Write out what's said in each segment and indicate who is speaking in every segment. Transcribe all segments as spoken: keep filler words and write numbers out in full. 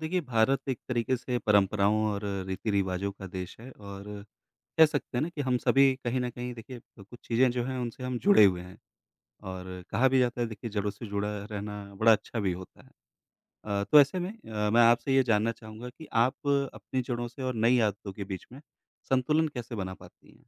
Speaker 1: देखिए, भारत एक तरीके से परंपराओं और रीति-रिवाज़ों का देश है और कह सकते हैं ना कि हम सभी कहीं न कहीं देखिए कुछ चीज़ें जो हैं उनसे हम जुड़े हुए हैं और कहा भी जाता है देखिए जड़ों से जुड़ा रहना बड़ा अच्छा भी होता है। अ, तो ऐसे में अ, मैं आपसे ये जानना चाहूँगा कि आप अपनी जड़ों से और नई आदतों के बीच में संतुलन कैसे बना पाती हैं?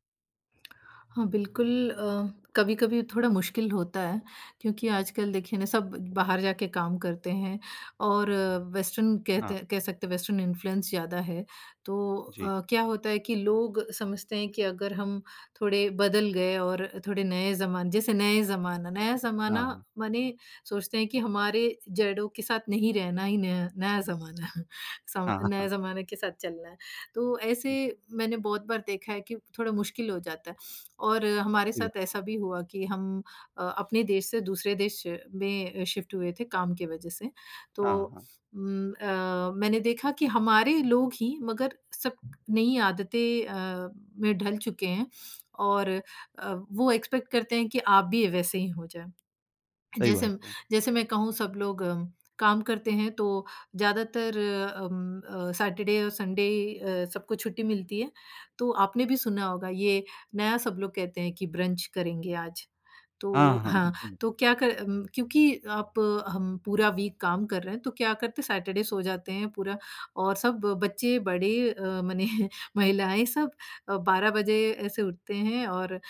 Speaker 2: हाँ, बिल्कुल अ, कभी-कभी थोड़ा मुश्किल होता है क्योंकि आजकल देखिए ना सब बाहर जाके काम करते हैं और वेस्टर्न कहते
Speaker 1: हाँ,
Speaker 2: हैं कह सकते हैं वेस्टर्न इन्फ्लुएंस ज़्यादा है। तो
Speaker 1: जी।
Speaker 2: अ, क्या होता है कि लोग समझते हैं कि अगर हम थोड़े बदल गए और थोड़े नए ज़माने जैसे नए ज़माना नया
Speaker 1: हाँ,
Speaker 2: ज़माना
Speaker 1: हाँ।
Speaker 2: माने सोचते हैं कि हमारे जड़ों के साथ नहीं रहना ही नया नया ज़माना सम
Speaker 1: हाँ,
Speaker 2: नए
Speaker 1: हाँ।
Speaker 2: ज़माने के साथ चलना है। तो ऐसे
Speaker 1: जी,
Speaker 2: मैंने बहुत बार देखा है कि थोड़ा मुश्किल हो जाता है। और हमारे
Speaker 1: सही
Speaker 2: साथ
Speaker 1: बात।
Speaker 2: ऐसा भी हुआ कि हम अ, अपने देश से दूसरे देश में शिफ्ट हुए थे काम की वजह से। तो
Speaker 1: हाँ, हाँ।
Speaker 2: उम, अ, मैंने देखा कि हमारे लोग ही मगर सब नई आदतें अ, में ढल चुके हैं और अ, वो एक्सपेक्ट करते हैं कि आप भी वैसे ही हो जाओ।
Speaker 1: सही
Speaker 2: जैसे
Speaker 1: बात है।
Speaker 2: जैसे मैं कहूँ सब लोग अम, काम करते हैं तो ज़्यादातर अम, अ, सैटरडे और संडे अ, सबको छुट्टी मिलती है। तो आपने भी सुना होगा ये नया सब लोग कहते हैं कि ब्रंच करेंगे आज। तो
Speaker 1: हाँ, हाँ,
Speaker 2: हाँ,
Speaker 1: बिल्कुल।
Speaker 2: तो क्या कर अम, क्योंकि आप अ, हम पूरा वीक काम कर रहे हैं तो क्या करते हैं सैटरडे सो जाते हैं पूरा और सब बच्चे बड़े अ, मने महिलाएँ सब अ, बारह बजे ऐसे उठते हैं और अ,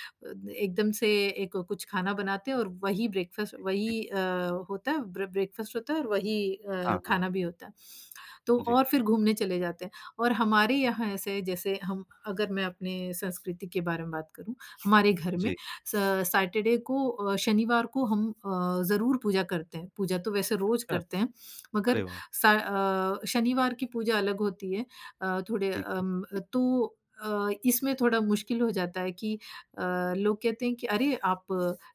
Speaker 2: एकदम से एक कुछ खाना बनाते हैं और वही ब्रेकफ़ास्ट
Speaker 1: जी, जी।
Speaker 2: वही अ, होता है ब्र ब्रेकफ़ास्ट होता है और वही अ,
Speaker 1: हाँ, हाँ।
Speaker 2: खाना भी होता है। तो
Speaker 1: जी,
Speaker 2: और फिर घूमने चले जाते हैं और हमारे यहाँ ऐसे है जैसे हम अगर मैं अपने संस्कृति के बारे में बात करूँ, हमारे घर में
Speaker 1: जी।
Speaker 2: स सैटरडे को अ, शनिवार को हम अ, ज़रूर पूजा करते हैं। पूजा तो वैसे रोज़
Speaker 1: अच्छा,
Speaker 2: करते हैं,
Speaker 1: अरे
Speaker 2: मगर
Speaker 1: वाह!
Speaker 2: स अ, शनिवार की पूजा अलग होती है। अ, थोड़े
Speaker 1: ठीक है।
Speaker 2: अम, तो अ, इसमें थोड़ा मुश्किल हो जाता है कि अ, लोग कहते हैं कि अरे आप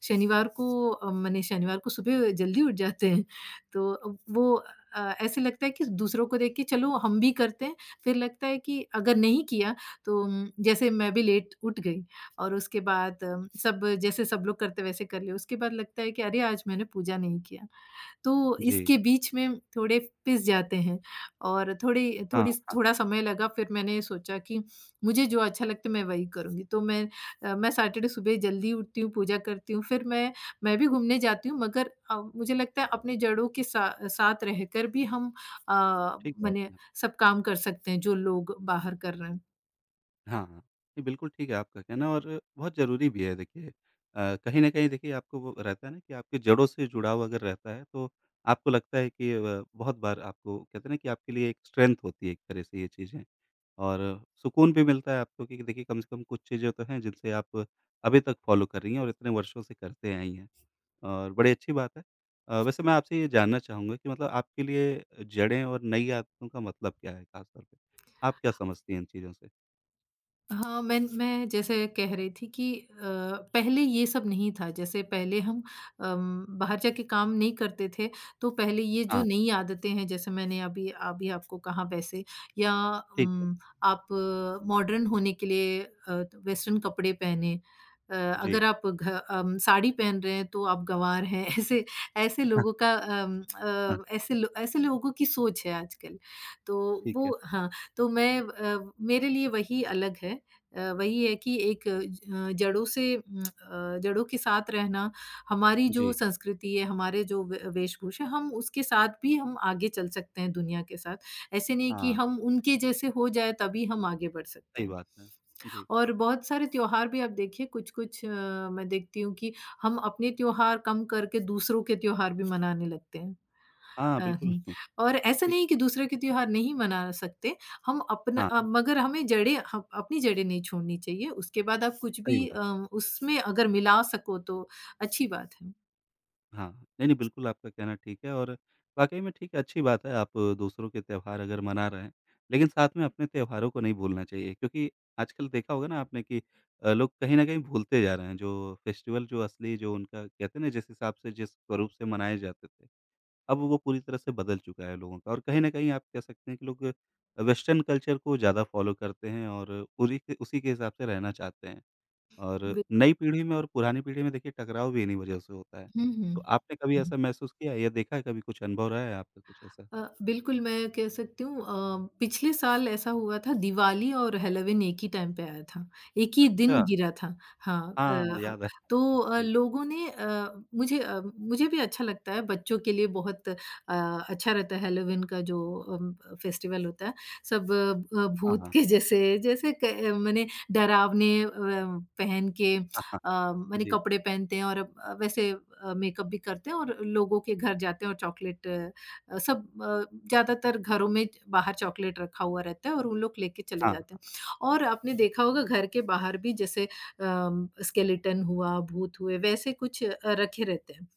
Speaker 2: शनिवार को अ, माने शनिवार को सुबह जल्दी उठ जाते हैं। तो अ, वो अ, ऐसे लगता है कि दूसरों को देख के चलो हम भी करते हैं, फिर लगता है कि अगर नहीं किया तो उम, जैसे मैं भी लेट उठ गई और उसके बाद अम, सब जैसे सब लोग करते वैसे कर लिया। उसके बाद लगता है कि अरे आज मैंने पूजा नहीं किया। तो
Speaker 1: जी।
Speaker 2: इसके बीच में थोड़े पिस जाते हैं और थोड़ी
Speaker 1: हाँ,
Speaker 2: थोड़ी
Speaker 1: हाँ,
Speaker 2: थोड़ा समय लगा फिर मैंने सोचा कि मुझे जो अच्छा लगता है मैं वही करूँगी। तो मैं अ, मैं सैटरडे सुबह जल्दी उठती हूँ, पूजा करती हूँ, फिर मैं मैं भी घूमने जाती हूँ मगर अ, मुझे लगता है अपनी जड़ों के सा साथ रहकर भी हम अ,
Speaker 1: ठीक बात
Speaker 2: माने
Speaker 1: है। आपका।
Speaker 2: सब काम कर सकते हैं जो लोग बाहर कर रहे हैं।
Speaker 1: हाँ, हाँ। नहीं, बिल्कुल ठीक है आपका कहना और बहुत ज़रूरी भी है देखिए। अ, कहीं न कहीं देखिए आपको वो रहता है ना कि आपकी जड़ों से जुड़ाव अगर रहता है तो आपको लगता है कि अ, बहुत बार आपको कहते हैं ना कि आपके लिए एक स्ट्रेंथ होती है एक तरह से ये चीज़ें और सुकून भी मिलता है आपको कि देखिए कम से कम कुछ चीज़ें तो हैं जिनसे आप अभी तक फ़ॉलो कर रही हैं और इतने वर्षों से करते आई हैं। और बड़ी अच्छी बात है। अ, वैसे मैं आपसे ये जानना चाहूँगा कि मतलब आपके लिए जड़ें और नई आदतों का मतलब क्या है खास तौर पे? आप क्या समझती हैं इन चीज़ों से?
Speaker 2: हाँ, मैं मैं जैसे कह रही थी कि अ, पहले ये सब नहीं था, जैसे पहले हम अम, बाहर जाके काम नहीं करते थे, तो पहले ये जो
Speaker 1: हाँ,
Speaker 2: नई आदतें हैं, जैसे मैंने अभी अभी आपको कहा वैसे या
Speaker 1: ठीक है।
Speaker 2: उम, आप मॉडर्न होने के लिए अ, वेस्टर्न कपड़े पहने। अ, अगर
Speaker 1: जी।
Speaker 2: आप घ अम, साड़ी पहन रहे हैं, तो आप गँवार हैं। ऐसे ऐसे
Speaker 1: हाँ,
Speaker 2: लोगों का अम,
Speaker 1: हाँ,
Speaker 2: अ, ऐसे लो ऐसे लोगों की सोच है आजकल। तो
Speaker 1: ठीक है।
Speaker 2: वो हाँ, तो मैं अ, मेरे लिए वही अलग है अ, वही है कि एक अ, जड़ों से उम, अ, जड़ों के साथ रहना, हमारी जो
Speaker 1: जी।
Speaker 2: संस्कृति है, हमारे जो वे वेशभूषा, हम उसके साथ भी हम आगे चल सकते हैं दुनिया के साथ। ऐसे नहीं
Speaker 1: हाँ,
Speaker 2: कि
Speaker 1: हाँ,
Speaker 2: हम उनके जैसे हो जाएँ तभी हम आगे बढ़ सकते
Speaker 1: सही
Speaker 2: हैं।
Speaker 1: बात है। जी।
Speaker 2: और बहुत सारे त्योहार भी आप देखिए कुछ-कुछ अ, मैं देखती हूँ कि हम अपने त्योहार कम करके दूसरों के त्योहार भी मनाने लगते हैं।
Speaker 1: हाँ,
Speaker 2: अ,
Speaker 1: बिल्कुल।
Speaker 2: हुँ। और ऐसा
Speaker 1: ठीक
Speaker 2: नहीं कि
Speaker 1: है।
Speaker 2: दूसरे के त्योहार नहीं मना सकते, हम अपना
Speaker 1: हाँ,
Speaker 2: अ, मगर हमें जड़ें ह अपनी जड़ें नहीं छोड़नी चाहिए, उसके बाद आप कुछ
Speaker 1: सही
Speaker 2: भी
Speaker 1: बात
Speaker 2: अ,
Speaker 1: है।
Speaker 2: उसमें अगर मिला सको तो अच्छी बात है।
Speaker 1: हाँ, नहीं, नहीं, बिल्कुल आपका कहना ठीक है और वाक़ई में ठीक है, अच्छी बात है। आप दूसरों के त्योहार अगर मना रहे हैं, लेकिन साथ में अपने त्योहारों को नहीं भूलना चाहिए क्योंकि आजकल देखा होगा ना आपने कि अ, लोग कहीं न कहीं भूलते जा रहे हैं, जो फेस्टिवल जो असली जो उनका कहते हैं ना, जिस हिसाब से जिस स्वरूप से मनाए जाते थे, अब वो पूरी तरह से बदल चुका है लोगों का और कहीं न कहीं आप कह सकते हैं कि लोग वेस्टर्न कल्चर को ज़्यादा फ़ॉलो करते हैं और उरी के उसी के हिसाब से रहना चाहते हैं। और
Speaker 2: बिल्कुल।
Speaker 1: नई पीढ़ी में और पुरानी पीढ़ी में देखिए टकराव भी इन्हीं वजह से होता है।
Speaker 2: हुँ,
Speaker 1: तो
Speaker 2: हुँ।
Speaker 1: आपने कभी ऐसा महसूस किया है या देखा है, कभी कुछ अनुभव रहा है आपका कुछ ऐसा?
Speaker 2: अ, बिल्कुल, मैं कह सकती हूँ अ, पिछले साल ऐसा हुआ था दिवाली और हैलोवीन एक ही टाइम पे आया था, एक ही दिन
Speaker 1: अच्छा,
Speaker 2: गिरा था। हाँ,
Speaker 1: हाँ, हाँ,
Speaker 2: अ,
Speaker 1: याद आया
Speaker 2: तो
Speaker 1: मुझको।
Speaker 2: अ,
Speaker 1: जी,
Speaker 2: लोगों ने अ, मुझे अ, मुझे भी अच्छा लगता है, बच्चों के लिए बहुत अ, अच्छा रहता है हैलोवीन का जो अम, फेस्टिवल होता है। सब अ,
Speaker 1: हाँ,
Speaker 2: भूत
Speaker 1: हाँ।
Speaker 2: के जैसे जैसे क अ, माने डरावने अ, पहन के अ,
Speaker 1: हाँ, हाँ।
Speaker 2: माने
Speaker 1: जी,
Speaker 2: कपड़े पहनते हैं और अ, वैसे अ, मेकअप भी करते हैं और लोगों के घर जाते हैं और चॉकलेट अ, सब अ, ज़्यादातर घरों में बाहर चॉकलेट रखा हुआ रहता है और उन लोग लेके चले
Speaker 1: हाँ,
Speaker 2: जाते हैं।
Speaker 1: हाँ।
Speaker 2: और आपने
Speaker 1: जी,
Speaker 2: देखा होगा घर के बाहर भी जैसे अम, स्केलेटन हुआ, भूत हुए, वैसे कुछ अ, रखे रहते हैं।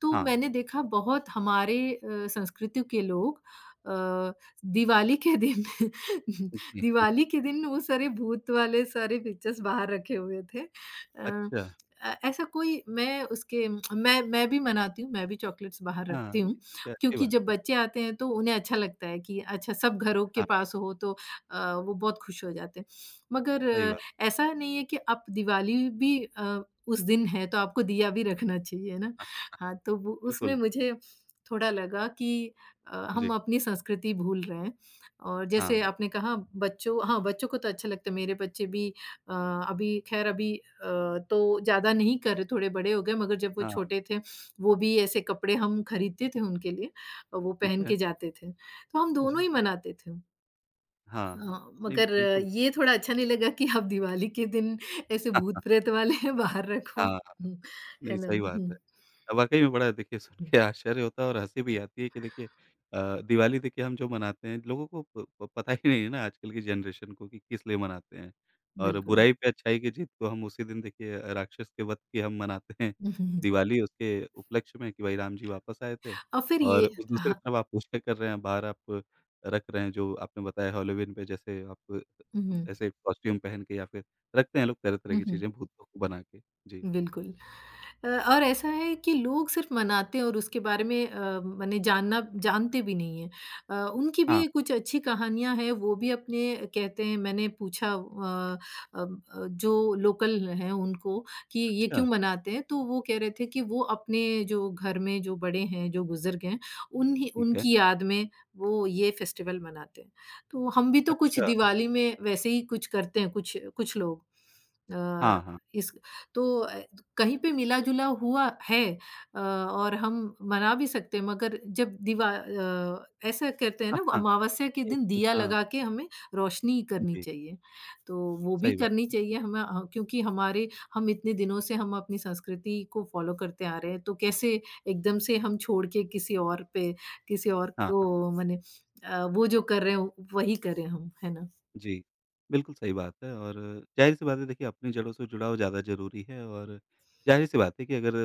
Speaker 2: तो
Speaker 1: हाँ।
Speaker 2: मैंने देखा बहुत हमारे अ, संस्कृति के लोग अ, दिवाली के दिन
Speaker 1: जी,
Speaker 2: दिवाली के दिन वो सारे भूत वाले सारे पिक्चर्स बाहर रखे हुए थे। अ,
Speaker 1: अच्छा।
Speaker 2: अ, ऐसा कोई मैं उसके मैं मैं भी मनाती हूँ, मैं भी चॉकलेट्स बाहर रखती
Speaker 1: हाँ, जी,
Speaker 2: हूँ,
Speaker 1: ठीक है, अच्छी
Speaker 2: क्योंकि
Speaker 1: बात
Speaker 2: जब
Speaker 1: है।
Speaker 2: बच्चे आते हैं तो उन्हें अच्छा लगता है कि अच्छा सब घरों के
Speaker 1: हाँ,
Speaker 2: पास हो तो अ, वो बहुत खुश हो जाते हैं। मगर
Speaker 1: सही
Speaker 2: अ,
Speaker 1: बात।
Speaker 2: ऐसा नहीं है कि आप दिवाली भी अ, उस दिन है तो आपको दिया भी रखना चाहिए ना।
Speaker 1: हाँ,
Speaker 2: हाँ, तो वो उसमें
Speaker 1: बिल्कुल।
Speaker 2: मुझे थोड़ा लगा कि अ, हम
Speaker 1: जी,
Speaker 2: अपनी संस्कृति भूल रहे हैं और जैसे
Speaker 1: हाँ,
Speaker 2: आपने कहा बच्चों हाँ, बच्चों को तो अच्छा लगता है मेरे बच्चे भी अ, अभी ख़ैर अभी अ, तो ज़्यादा नहीं कर रहे, थोड़े बड़े हो गए मगर जब वो
Speaker 1: हाँ,
Speaker 2: छोटे थे, वो भी ऐसे कपड़े हम खरीदते थे उनके लिए और वो
Speaker 1: ठीक
Speaker 2: पहन
Speaker 1: है।
Speaker 2: के जाते थे। तो हम दोनों
Speaker 1: जी,
Speaker 2: ही मनाते थे।
Speaker 1: हाँ,
Speaker 2: अ,
Speaker 1: नहीं
Speaker 2: मगर
Speaker 1: बिल्कुल।
Speaker 2: ये थोड़ा अच्छा नहीं लगा कि आप दिवाली के दिन ऐसे
Speaker 1: हाँ,
Speaker 2: भूत-प्रेत वाले बाहर रखो।
Speaker 1: हाँ।
Speaker 2: हुँ, है
Speaker 1: नहीं,
Speaker 2: ना?
Speaker 1: सही
Speaker 2: हुँ,
Speaker 1: बात
Speaker 2: हुँ,
Speaker 1: है। अ, वाक़ई में बड़ा देखिए सुन के आश्चर्य होता है और हँसी भी आती है कि देखिए अ, दिवाली देखिए हम जो मनाते हैं, लोगों को प प पता ही नहीं है ना आजकल की जनरेशन को कि किस लिए मनाते हैं। और
Speaker 2: बिल्कुल।
Speaker 1: बुराई पे अच्छाई की जीत को हम उसी दिन देखिए अ, राक्षस के वध की हम मनाते हैं,
Speaker 2: हुँ, हुँ, हुँ।
Speaker 1: दिवाली उसके उपलक्ष्य में कि भाई राम जी वापस आए थे।
Speaker 2: और फिर
Speaker 1: और
Speaker 2: ये
Speaker 1: उस दूसरी
Speaker 2: हाँ।
Speaker 1: तरफ आप पूजा कर रहे हैं, बाहर आप रख रहे हैं जो आपने बताया हैलोवीन पे जैसे आप
Speaker 2: हुँ, हुँ।
Speaker 1: ऐसे कॉस्ट्यूम पहन के या फिर रखते हैं लोग तरह-तरह
Speaker 2: हुँ,
Speaker 1: की
Speaker 2: हुँ।
Speaker 1: चीज़ें भूतों को बना के। जी।
Speaker 2: बिल्कुल। अ, और ऐसा है कि लोग सिर्फ मनाते हैं और उसके बारे में अ, माने जानना जानते भी नहीं हैं। अ, उनकी
Speaker 1: हाँ,
Speaker 2: भी कुछ अच्छी कहानियाँ हैं, वो भी अपने कहते हैं मैंने पूछा अ, अब अ, जो लोकल हैं उनको कि ये
Speaker 1: अच्छा।
Speaker 2: क्यों मनाते हैं? तो वो कह रहे थे कि वो अपने जो घर में जो बड़े हैं, जो बुज़ुर्ग हैं, उन्हीं
Speaker 1: ठीक है।
Speaker 2: उनकी याद में वो ये फेस्टिवल मनाते हैं। तो हम भी तो कुछ
Speaker 1: अच्छा,
Speaker 2: दिवाली में वैसे ही कुछ करते हैं, कुछ कुछ लोग। अ,
Speaker 1: हाँ, हाँ।
Speaker 2: इस तो अ, कहीं पे मिला-जुला हुआ है अ, और हम मना भी सकते हैं मगर जब दीवा अ, ऐसा करते हैं ना
Speaker 1: हाँ,
Speaker 2: वो
Speaker 1: हाँ,
Speaker 2: अमावस्या के
Speaker 1: एक
Speaker 2: दिन दिया
Speaker 1: हाँ,
Speaker 2: लगा के हमें रोशनी करनी
Speaker 1: जी,
Speaker 2: चाहिए। तो वो भी
Speaker 1: सही बात
Speaker 2: करनी
Speaker 1: है।
Speaker 2: चाहिए हमें अ, क्योंकि हमारे हम इतने दिनों से हम अपनी संस्कृति को फ़ॉलो करते आ रहे हैं, तो कैसे एकदम से हम छोड़ के किसी और पे किसी और
Speaker 1: हाँ, हाँ,
Speaker 2: को मने अ, वो जो कर रहे हैं वही करें हम, है ना?
Speaker 1: जी। बिल्कुल सही बात है और ज़ाहिर-सी बात है देखिए अपनी जड़ों से जुड़ाव ज़्यादा ज़रूरी है और ज़ाहिर-सी बात है कि अगर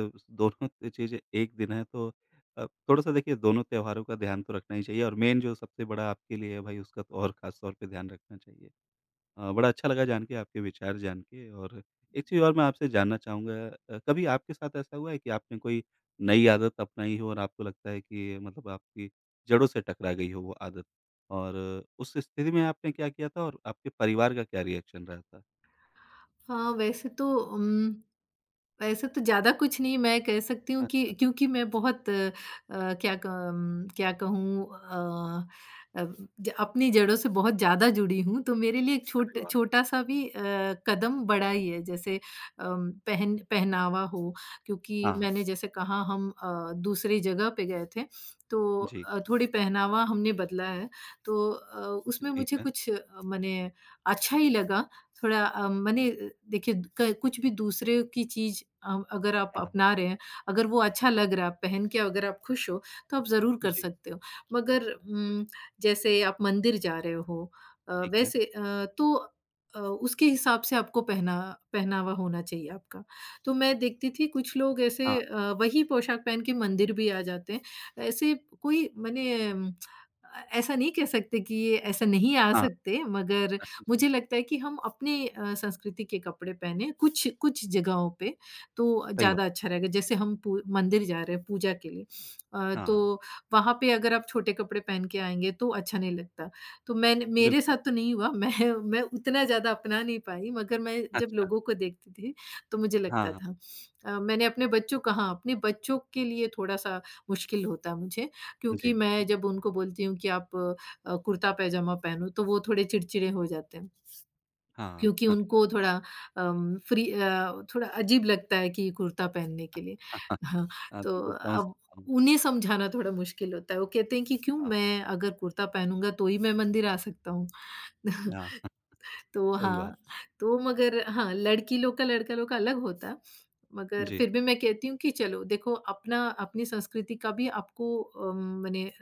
Speaker 1: दोनों चीज़ें एक दिन है तो अ, थोड़ा-सा देखिए दोनों त्योहारों का ध्यान तो रखना ही चाहिए और मेन जो सबसे बड़ा आपके लिए है भाई उसका तो और ख़ास तौर पे ध्यान रखना चाहिए। अ, बड़ा अच्छा लगा जान के, आपके विचार जान के। और एक चीज़ और मैं आपसे जानना चाहूँगा, अ, कभी आपके साथ ऐसा हुआ है कि आपने कोई नई आदत अपनाई हो और आपको लगता है कि मतलब आपकी जड़ों से टकरा गई हो वो आदत? और उस स्थिति में आपने क्या किया था और आपके परिवार का क्या रिएक्शन रहा था?
Speaker 2: हाँ, वैसे तो उम वैसे तो ज़्यादा कुछ नहीं मैं कह सकती हूँ कि
Speaker 1: अच्छा,
Speaker 2: क्योंकि मैं बहुत अ, अ, क्या कम क्या कहूँ अ, अब ज अपनी जड़ों से बहुत ज़्यादा जुड़ी हूँ, तो मेरे लिए एक छोट
Speaker 1: अरे वाह!
Speaker 2: छोटा-सा भी अ, कदम बड़ा ही है। जैसे अम, पहन पहनावा हो, क्योंकि
Speaker 1: हाँ, हाँ,
Speaker 2: मैंने जैसे कहा हम अ, दूसरी जगह पे गए थे, तो
Speaker 1: जी,
Speaker 2: अ, थोड़ी पहनावा हमने बदला है। तो अ, उसमें
Speaker 1: ठीक
Speaker 2: मुझे
Speaker 1: है।
Speaker 2: कुछ अ, मने अच्छा ही लगा थोड़ा अ, मने देखिए क कुछ भी दूसरे की चीज़ अ, अगर आप
Speaker 1: हाँ, हाँ,
Speaker 2: अपना रहे हैं, अगर वो अच्छा लग रहा है, आप पहन के अगर आप खुश हो, तो आप ज़रूर कर
Speaker 1: जी,
Speaker 2: सकते हो। मगर उम, जैसे आप मंदिर जा रहे हो अ,
Speaker 1: ठीक है।
Speaker 2: वैसे अ, तो अ, उसके हिसाब से आपको पहना पहनावा होना चाहिए आपका। तो मैं देखती थी कुछ लोग
Speaker 1: हाँ,
Speaker 2: ऐसे अ, वही पोशाक पहन के मंदिर भी आ जाते हैं। ऐसे कोई मने अ, ऐसा नहीं कह सकते कि ये ऐसा नहीं आ
Speaker 1: हाँ,
Speaker 2: सकते मगर
Speaker 1: हाँ जी,
Speaker 2: मुझे लगता है कि हम अपने अ, संस्कृति के कपड़े पहने कुछ कुछ जगहों पे तो
Speaker 1: सही बात।
Speaker 2: ज़्यादा अच्छा रहेगा। जैसे हम पू मंदिर जा रहे हैं पूजा के लिए अ,
Speaker 1: हाँ, हाँ,
Speaker 2: तो वहाँ पे अगर आप छोटे कपड़े पहन के आएँगे तो अच्छा नहीं लगता। तो मैंने मेरे
Speaker 1: बिल्कुल।
Speaker 2: साथ तो नहीं हुआ मैं मैं उतना ज़्यादा अपना नहीं पाई मगर मैं जब
Speaker 1: अच्छा,
Speaker 2: लोगों को देखती थी तो मुझे
Speaker 1: हाँ,
Speaker 2: लगता
Speaker 1: हाँ,
Speaker 2: था। अ, मैंने अपने बच्चों का हाँ, अपने बच्चों के लिए थोड़ा-सा मुश्किल होता है मुझे क्योंकि
Speaker 1: जी,
Speaker 2: मैं जब उनको बोलती हूँ कि आप अ, कुर्ता पैजामा पहनूँ तो वो थोड़े चिड़चिड़े हो जाते हैं।
Speaker 1: हाँ,
Speaker 2: क्योंकि उनको थोड़ा अम, फ्री अ, थोड़ा अजीब लगता है कि कुर्ता पहनने के लिए।
Speaker 1: हाँ, हाँ, हाँ,
Speaker 2: हाँ,
Speaker 1: हाँ,
Speaker 2: तो
Speaker 1: बिल्कुल समझ
Speaker 2: अब
Speaker 1: सकता हूँ।
Speaker 2: उन्हें समझाना थोड़ा मुश्किल होता है। वो कहते हैं कि क्यों
Speaker 1: हाँ,
Speaker 2: मैं अगर कुर्ता पहनूँगा तो ही मैं मंदिर आ सकता हूँ।
Speaker 1: हाँ।
Speaker 2: तो
Speaker 1: सही बात
Speaker 2: हाँ, तो मगर हाँ, लड़की लोग का, लड़का लोग का अलग होता।
Speaker 1: है।
Speaker 2: मगर
Speaker 1: जी,
Speaker 2: फिर भी मैं कहती हूँ कि चलो देखो अपना अपनी संस्कृति का भी आपको अ, मने अ,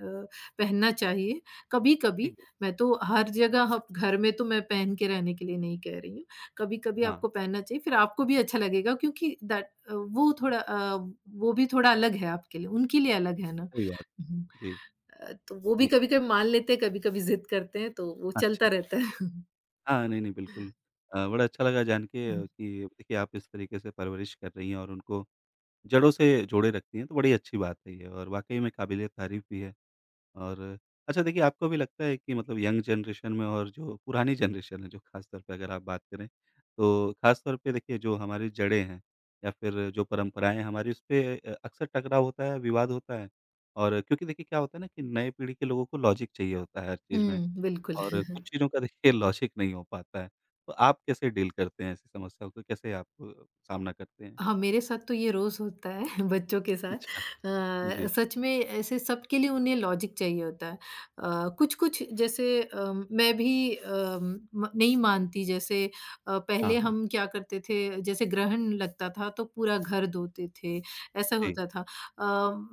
Speaker 2: पहनना चाहिए, कभी-कभी।
Speaker 1: ठीक बात।
Speaker 2: मैं तो हर जगह ह घर में तो मैं पहन के रहने के लिए नहीं कह रही हूँ। कभी-कभी
Speaker 1: हाँ,
Speaker 2: आपको पहनना चाहिए, फिर आपको भी अच्छा लगेगा क्योंकि दैट अ, वो थोड़ा अ, वो भी थोड़ा अलग है आपके लिए, उनके लिए अलग है ना।
Speaker 1: सही बात,
Speaker 2: हुँ।
Speaker 1: जी,
Speaker 2: अ, तो वो भी
Speaker 1: जी।
Speaker 2: कभी-कभी मान लेते हैं, कभी-कभी ज़िद करते हैं, तो वो चलता
Speaker 1: अच्छा,
Speaker 2: रहता है।
Speaker 1: हाँ, नहीं, नहीं, बिल्कुल। अ, बड़ा अच्छा लगा जान के अ, कि देखिए आप इस तरीके से परवरिश कर रही हैं और उनको जड़ों से जोड़े रखती हैं, तो बड़ी अच्छी बात है ये और वाक़ई में काबिल-ए-तारीफ़ भी है। और अच्छा देखिए आपको भी लगता है कि मतलब यंग जनरेशन में और जो पुरानी जनरेशन है, जो खास तौर पे अगर आप बात करें, तो खास तौर पे देखिए जो हमारी जड़ें हैं या फिर जो परंपराएँ हैं हमारी, उसपे अ, अक्सर टकराव होता है, विवाद होता है और क्योंकि देखिए क्या होता है ना कि नए पीढ़ी के लोगों को लॉजिक चाहिए होता है हर चीज़ में
Speaker 2: हुँ, बिल्कुल।
Speaker 1: और कुछ चीज़ों का देखिए लॉजिक नहीं हो पाता है। तो आप कैसे डील करते हैं ऐसी समस्याओं को? कैसे आप अ, सामना करते हैं?
Speaker 2: हाँ, मेरे साथ तो ये रोज़ होता है बच्चों के साथ।
Speaker 1: अच्छा,
Speaker 2: अ,
Speaker 1: जी।
Speaker 2: सच में ऐसे सबके लिए उन्हें लॉजिक चाहिए होता है। अ, कुछ-कुछ जैसे अ, मैं भी अ, म नहीं मानती जैसे अ,
Speaker 1: हाँ,
Speaker 2: पहले
Speaker 1: हाँ।
Speaker 2: हम क्या करते थे जैसे ग्रहण लगता था तो पूरा घर धोते थे, ऐसा
Speaker 1: जी,
Speaker 2: होता था। अ,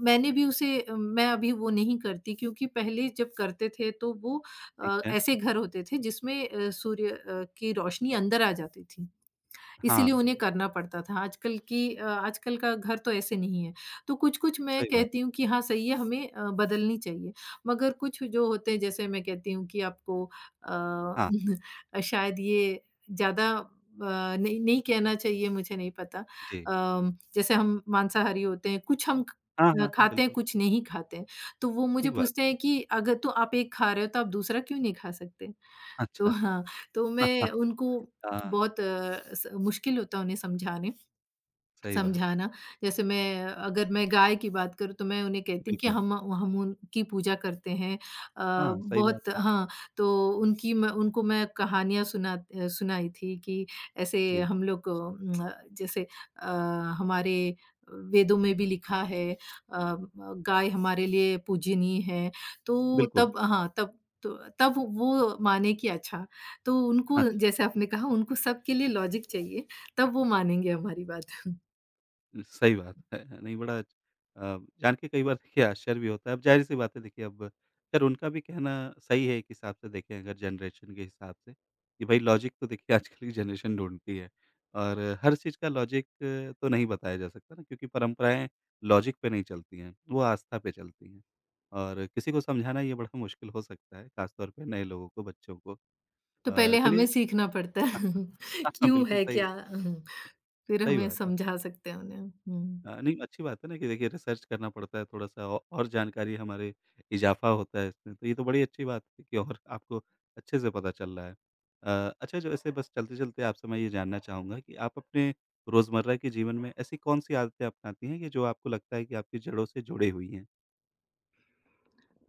Speaker 2: मैंने भी उसे मैं अभी वो नहीं करती क्योंकि पहले जब करते थे तो वो
Speaker 1: ठीक
Speaker 2: अ,
Speaker 1: है।
Speaker 2: ऐसे घर होते थे जिसमें अ, सूर्य अ, की रोशनी अंदर आ जाती थी।
Speaker 1: हाँ,
Speaker 2: इसीलिए उन्हें
Speaker 1: हाँ।
Speaker 2: करना पड़ता था। आजकल की अ, आजकल का घर तो ऐसे नहीं है। तो कुछ-कुछ मैं
Speaker 1: सही बात।
Speaker 2: कहती हूँ कि हाँ, सही है हमें अ, बदलनी चाहिए। मगर कुछ जो होते हैं जैसे मैं कहती हूँ कि आपको अ,
Speaker 1: हाँ,
Speaker 2: शायद ये ज़्यादा अ, नहीं नहीं कहना चाहिए मुझे नहीं पता।
Speaker 1: जी।
Speaker 2: अम, जैसे हम मांसाहारी होते हैं, कुछ हम
Speaker 1: हाँ,
Speaker 2: अ,
Speaker 1: हाँ, हाँ,
Speaker 2: खाते हैं,
Speaker 1: बिल्कुल,
Speaker 2: कुछ नहीं खाते हैं। तो वो मुझे
Speaker 1: ठीक बात।
Speaker 2: पूछते हैं कि अगर तो आप एक खा रहे हो तो आप दूसरा क्यों नहीं खा सकते? तो
Speaker 1: अच्छा।
Speaker 2: हाँ, तो मैं उनको
Speaker 1: हाँ,
Speaker 2: बहुत अ, स मुश्किल होता उन्हें समझाने।
Speaker 1: सही बात है,
Speaker 2: समझाना। जैसे मैं अगर मैं गाय की बात करूँ तो मैं उन्हें कहती हूँ कि
Speaker 1: बिल्कुल।
Speaker 2: हम हम उनकी पूजा करते हैं। अ,
Speaker 1: हाँ, सही बात
Speaker 2: बहुत
Speaker 1: है।
Speaker 2: हाँ, तो उनकी मैं उनको मैं कहानियाँ सुना अ, सुनाई थी कि ऐसे
Speaker 1: जी,
Speaker 2: हम लोग उम, जैसे अ, हमारे वेदों में भी लिखा है अ, गाय हमारे लिए पूजनीय है। तो
Speaker 1: बिल्कुल,
Speaker 2: तब हाँ, तब तो तब वो माने कि अच्छा, तो उनको
Speaker 1: अच्छा।
Speaker 2: जैसे आपने कहा उनको सबके लिए लॉजिक चाहिए, तब वो मानेंगे हमारी बात।
Speaker 1: सही बात है। नहीं बड़ा अच- अ, जान के कई बार देखिए आश्चर्य भी होता है। अब ज़ाहिर-सी बात है देखिए, अब खैर उनका भी कहना सही है एक हिसाब से देखें अगर जनरेशन के हिसाब से, कि भाई लॉजिक तो देखिए आजकल की जनरेशन ढूँढती है और हर चीज़ का लॉजिक तो नहीं बताया जा सकता ना, क्योंकि परंपराएँ लॉजिक पे नहीं चलती हैं, वो आस्था पे चलती हैं। और किसी को समझाना ये बड़ा मुश्किल हो सकता है, ख़ासतौर पे नए लोगों को, बच्चों को।
Speaker 2: तो
Speaker 1: अ,
Speaker 2: पहले
Speaker 1: चलिए।
Speaker 2: हमें सीखना पड़ता है
Speaker 1: हाँ, हाँ,
Speaker 2: क्यों
Speaker 1: बिल्कुल
Speaker 2: है
Speaker 1: सही
Speaker 2: क्या? फिर
Speaker 1: सही
Speaker 2: हमें
Speaker 1: बात है।
Speaker 2: समझा सकते हैं उन्हें। हुँ।
Speaker 1: अ, नहीं अच्छी बात है ना कि देखिए रिसर्च करना पड़ता है थोड़ा-सा औ और जानकारी हमारे इज़ाफ़ा होता है इसमें, तो ये तो बड़ी अच्छी बात है कि और आपको अच्छे से पता चल रहा है। अ, अच्छा जो ऐसे बस चलते-चलते आपसे मैं ये जानना चाहूँगा कि आप अपने रोज़मर्रा के जीवन में ऐसी कौन-सी आदतें अपनाती हैं कि जो आपको लगता है कि आपकी जड़ों से जुड़ी हुई हैं?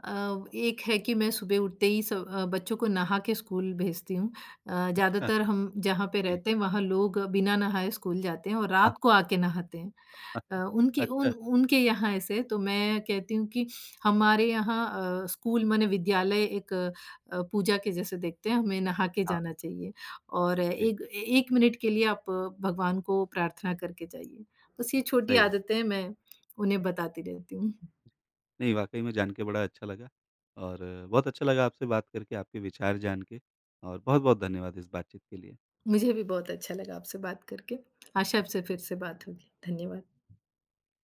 Speaker 2: अ, एक है कि मैं सुबह उठते ही स अ, बच्चों को नहा के स्कूल भेजती हूँ। अ,
Speaker 1: अच्छा।
Speaker 2: ज़्यादातर हम जहाँ पे
Speaker 1: जी।
Speaker 2: रहते हैं वहाँ लोग बिना नहाए स्कूल जाते हैं और
Speaker 1: हाँ,
Speaker 2: रात को आके नहाते हैं।
Speaker 1: हाँ, हाँ।
Speaker 2: अ, उनके उन
Speaker 1: अच्छा
Speaker 2: उनके यहाँ ऐसे तो मैं कहती हूँ कि हमारे यहाँ अ, स्कूल माने विद्यालय एक अ, पूजा के जैसे देखते हैं, हमें नहा के
Speaker 1: हाँ,
Speaker 2: जाना चाहिए और
Speaker 1: जी,
Speaker 2: एक 1 मिनट के लिए आप भगवान को प्रार्थना करके जाइए। बस ये छोटी
Speaker 1: सही बात।
Speaker 2: आदतें मैं उन्हें बताती रहती हूँ।
Speaker 1: नहीं वाक़ई में जान के बड़ा अच्छा लगा और बहुत अच्छा लगा आपसे बात करके, आपके विचार जान के और बहुत-बहुत धन्यवाद इस बातचीत के लिए।
Speaker 2: मुझे भी बहुत अच्छा लगा आपसे बात करके। आशा है आपसे फिर से बात होगी। धन्यवाद।